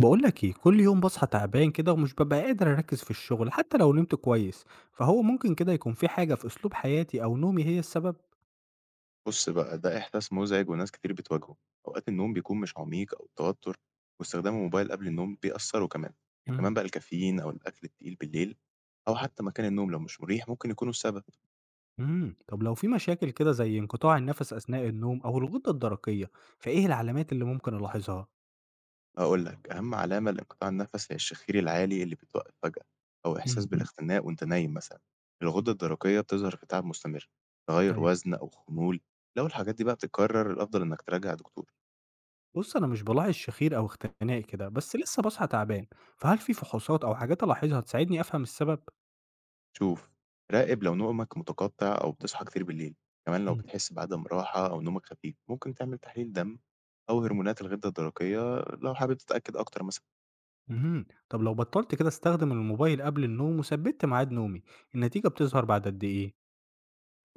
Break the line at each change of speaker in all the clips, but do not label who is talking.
باقول لك إيه، كل يوم باصحى تعبان كده ومش بابقى قادر أركّز في الشغل حتى لو نمت كويس، فهو ممكن كده يكون في حاجة في أسلوب حياتي أو نومي هي السبب؟
بُص بقى، ده إحساس مزعج وناس كتير بتواجهه. أوقات النوم بيكون مش عميق، أو التوتر واستخدام الموبايل قبل النوم بيأثّروا كمان.
إمم،
كمان بقى الكافيين أو الأكل التقيل بالليل أو حتى مكان النوم لو مش مريح ممكن يكونوا السبب.
إمم، طب لو في مشاكل كده زي انقطاع النَفَس أثناء النوم أو الغدة الدرقية، فإيه العلامات اللي ممكن ألاحظها؟
هاقول لك أهم علامة لانقطاع النَفَس هي الشخير العالي اللي بيتوقف فجأة، أو إحساس
إمم،
بالاختناق وأنت نايم مثلًا. الغدة الدرقية بتظهر في تعب مستمر، تغيُّر
أيوه،
وزن أو خمول. لو الحاجات دي بقى بتتكرر، الأفضل إنك تراجع دكتور.
بُص أنا مش بالاحظ شخير أو اختناق كده، بس لسه باصحى تعبان، فهل في فحوصات أو حاجات ألاحظها تساعدني أفهم السبب؟
شوف، راقب لو نومك متقطع أو بتصحى كتير بالليل. كمان لو
إمم،
بتحس بعدم راحة أو نومك خفيف، ممكن تعمل تحليل دم أو هرمونات الغدة الدرقية لو حابب تتأكد أكتر مثلا.
اهم، طب لو بطّلت كده أستخدم الموبايل قبل النوم وثبّت ميعاد نومي، النتيجة بتظهر بعد قد إيه؟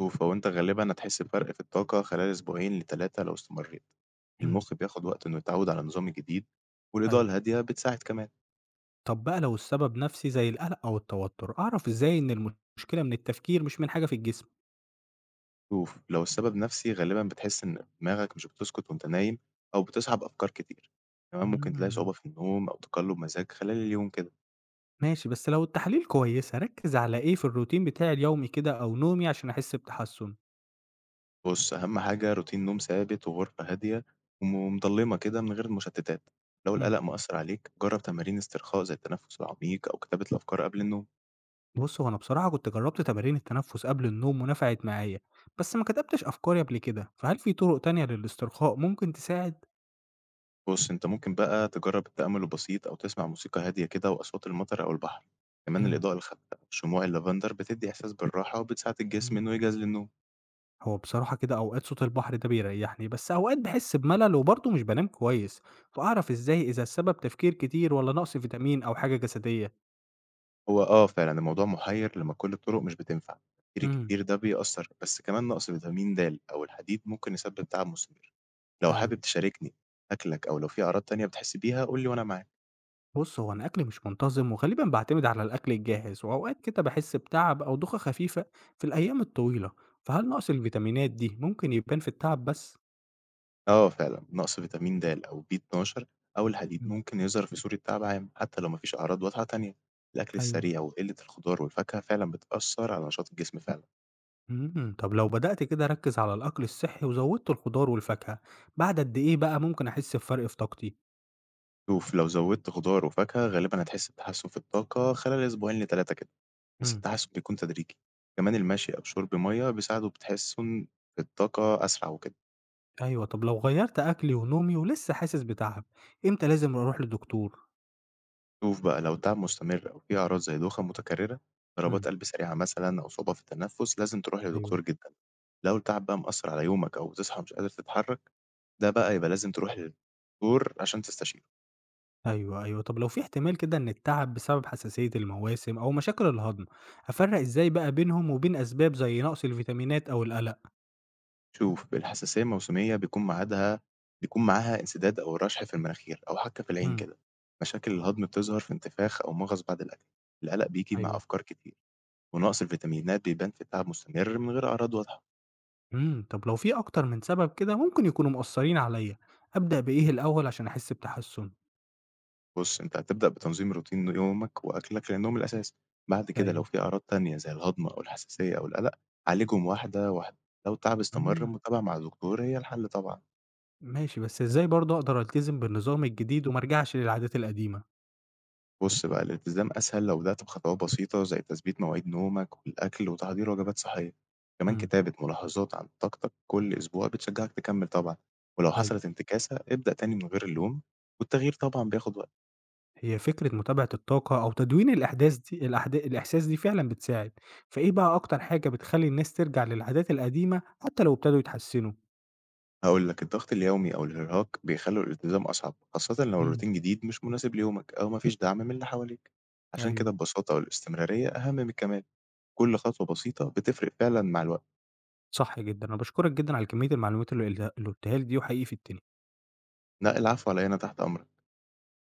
شوف، هو أنت غالبا هتحس بفرق في الطاقة خلال أسبوعين لتلاتة لو استمريت.
إمم.
المخ بياخد وقت إنه يتعود على النظام الجديد، والإضاءة
أيوه.
الهادية بتساعد كمان.
طب بقى لو السبب نفسي زي القلق أو التوتر، أعرف إزاي إن المشكلة من التفكير مش من حاجة في الجسم؟
شوف، لو السبب نفسي غالبا بتحس إن دماغك مش بتسكت وأنت نايم، أو بتصحى بأفكار كتير. كمان ممكن تلاقي
امم.
صعوبة في النوم أو تقلب مزاج خلال اليوم كده.
ماشي، بس لو التحاليل كويسة، أركّز على إيه في الروتين بتاعي اليومي كده أو نومي عشان أحس بتحسُّن؟
بُص، أهم حاجة روتين نوم ثابت وغرفة هادية ومضلِّمة كده من غير مشتتات. لو
امم.
القلق مأثّر عليك جرّب تمارين استرخاء زي التنفس العميق أو كتابة الأفكار قبل النوم.
بُص، هو أنا بصراحة كنت جرّبت تمارين التنفُّس قبل النوم ونفعت معايا، بس ما كتبتش أفكاري قبل كده، فهل في طُرق تانية للاسترخاء ممكن تساعد؟
بُص، أنت ممكن بقى تجرّب التأمل البسيط أو تسمع موسيقى هادية كده وأصوات المطر أو البحر. كمان
امم،
الإضاءة الخافتة وشموع اللافندر بتدّي إحساس بالراحة وبتساعد الجسم إنه
امم.
يجهز للنوم.
هو بصراحة كده أوقات صوت البحر ده بيريحني بس أوقات بحس بملل وبرضه مش بنام كويس، فأعرف إزاي إذا السبب تفكير كتير ولا نقص فيتامين أو حاجة جسدية.
هو آه فعلًا الموضوع محيّر لمّا كل الطرق مش بتنفع. التفكير
امم،
الكتير ده بيأثّر، بس كمان نقص فيتامين د أو الحديد ممكن يسبب تعب مستمر. لو حابب
أيوه.
تشاركني أكلك، أو لو في أعراض تانية بتحس بيها قُل لي وأنا معاك.
بص هو أنا أكلي مش منتظم وغالبا بعتمد على الأكل الجاهز وأوقات كده بحس بتعب أو دوخة خفيفة في الأيام الطويلة، فهل نقص الفيتامينات دي ممكن يبان في التعب بس؟
آه فعلًا، نقص فيتامين د أو B12 أو الحديد
امم،
ممكن يظهر في صورة تعب عام حتى لو ما فيش أعراض واضحة تانية. الأكل
أيوه.
السريع وقلة الخضار والفاكهة فعلًا بتأثّر على نشاط الجسم فعلًا.
امم، طب لو بدأت كده أركز على الأكل الصحي وزودت الخضار والفاكهة، بعد قد إيه بقى ممكن أحس بفرق في طاقتي؟
شوف، لو زوّدت خضار وفاكهة غالبًا هتحس بتحسّن في الطاقة خلال أسبوعين ل3 كده، بس
امم،
التحسّن بيكون تدريجي. كمان المشي أو شرب مَيّة بيساعدوا بتحسّن في الطاقة أسرع وكده.
أيوه، طب لو غيّرت أكلي ونومي ولسه حاسس بتعب، إمتى لازم أروح للدكتور؟
شوف بقى، لو تعب مستمر أو في أعراض زي دوخة متكررة،
إمم،
ضربات قلب سريعة مثلا، أو صعوبة في التنفس لازم تروح
أيوه.
لدكتور جدا. لو التعب بقى مأثر على يومك أو بتصحى مش قادر تتحرك، ده بقى يبقى لازم تروح للدكتور عشان تستشيره.
أيوه، أيوه، طب لو في احتمال كده إن التعب بسبب حساسية المواسم أو مشاكل الهضم، أفرّق إزاي بقى بينهم وبين أسباب زي نقص الفيتامينات أو القلق؟
شوف، الحساسية الموسمية بيكون معاها انسداد أو رشح في المناخير أو حكة في العين
إمم،
كده. مشاكل الهضم بتظهر في انتفاخ أو مغص بعد الأكل. القلق بيجي مع
أيوه.
أفكار كتير، ونقص الفيتامينات بيبان في تعب مستمر من غير أعراض واضحة.
إمم، طب لو في أكتر من سبب كده ممكن يكونوا مأثّرين عليّا، أبدأ بإيه الأول عشان أحس بتحسُّن؟
بُص، أنت هتبدأ بتنظيم روتين يومك وأكلك، لأن هم الأساس. بعد كده لو
أيوه،
في أعراض تانية زي الهضم أو الحساسية أو القلق، عالجهم واحدة، واحدة. لو التعب استمر،
إمم.
المتابعة مع دكتور هي الحل طبعًا.
ماشي، بس إزاي برضه أقدر ألتزم بالنظام الجديد وما أرجعش للعادات القديمة؟
بُص بقى، الالتزام أسهل لو بدأت بخطوات بسيطة زي تثبيت مواعيد نومك والأكل وتحضير وجبات صحية. كمان
إمم.
كتابة ملاحظات عن طاقتك كل أسبوع بتشجعك تكمل طبعًا. ولو حصلت انتكاسة، ابدأ تاني من غير اللوم، والتغيير طبعًا بياخد وقت.
هي فكرة متابعة الطاقة أو تدوين الأحداث دي الإحساس دي فعلًا بتساعد، فإيه بقى أكتر حاجة بتخلّي الناس ترجع للعادات القديمة حتى لو ابتدوا يتحسنوا؟
هاقول لك الضغط اليومي أو الإرهاق بيخلّوا الالتزام أصعب، خاصةً لو
إمم،
الروتين جديد مش مناسب ليومك أو ما فيش دعم من اللي حواليك. عشان كده
أيوه.
البساطة والاستمرارية أهم من الكمال. كل خطوة بسيطة بتفرق فعلًا مع الوقت.
صح جدًا، أنا باشكرك جدًا على كمية المعلومات اللي قلتها لي دي وحقيقي فدتني.
لأ، العفو على إيه، أنا تحت أمرك.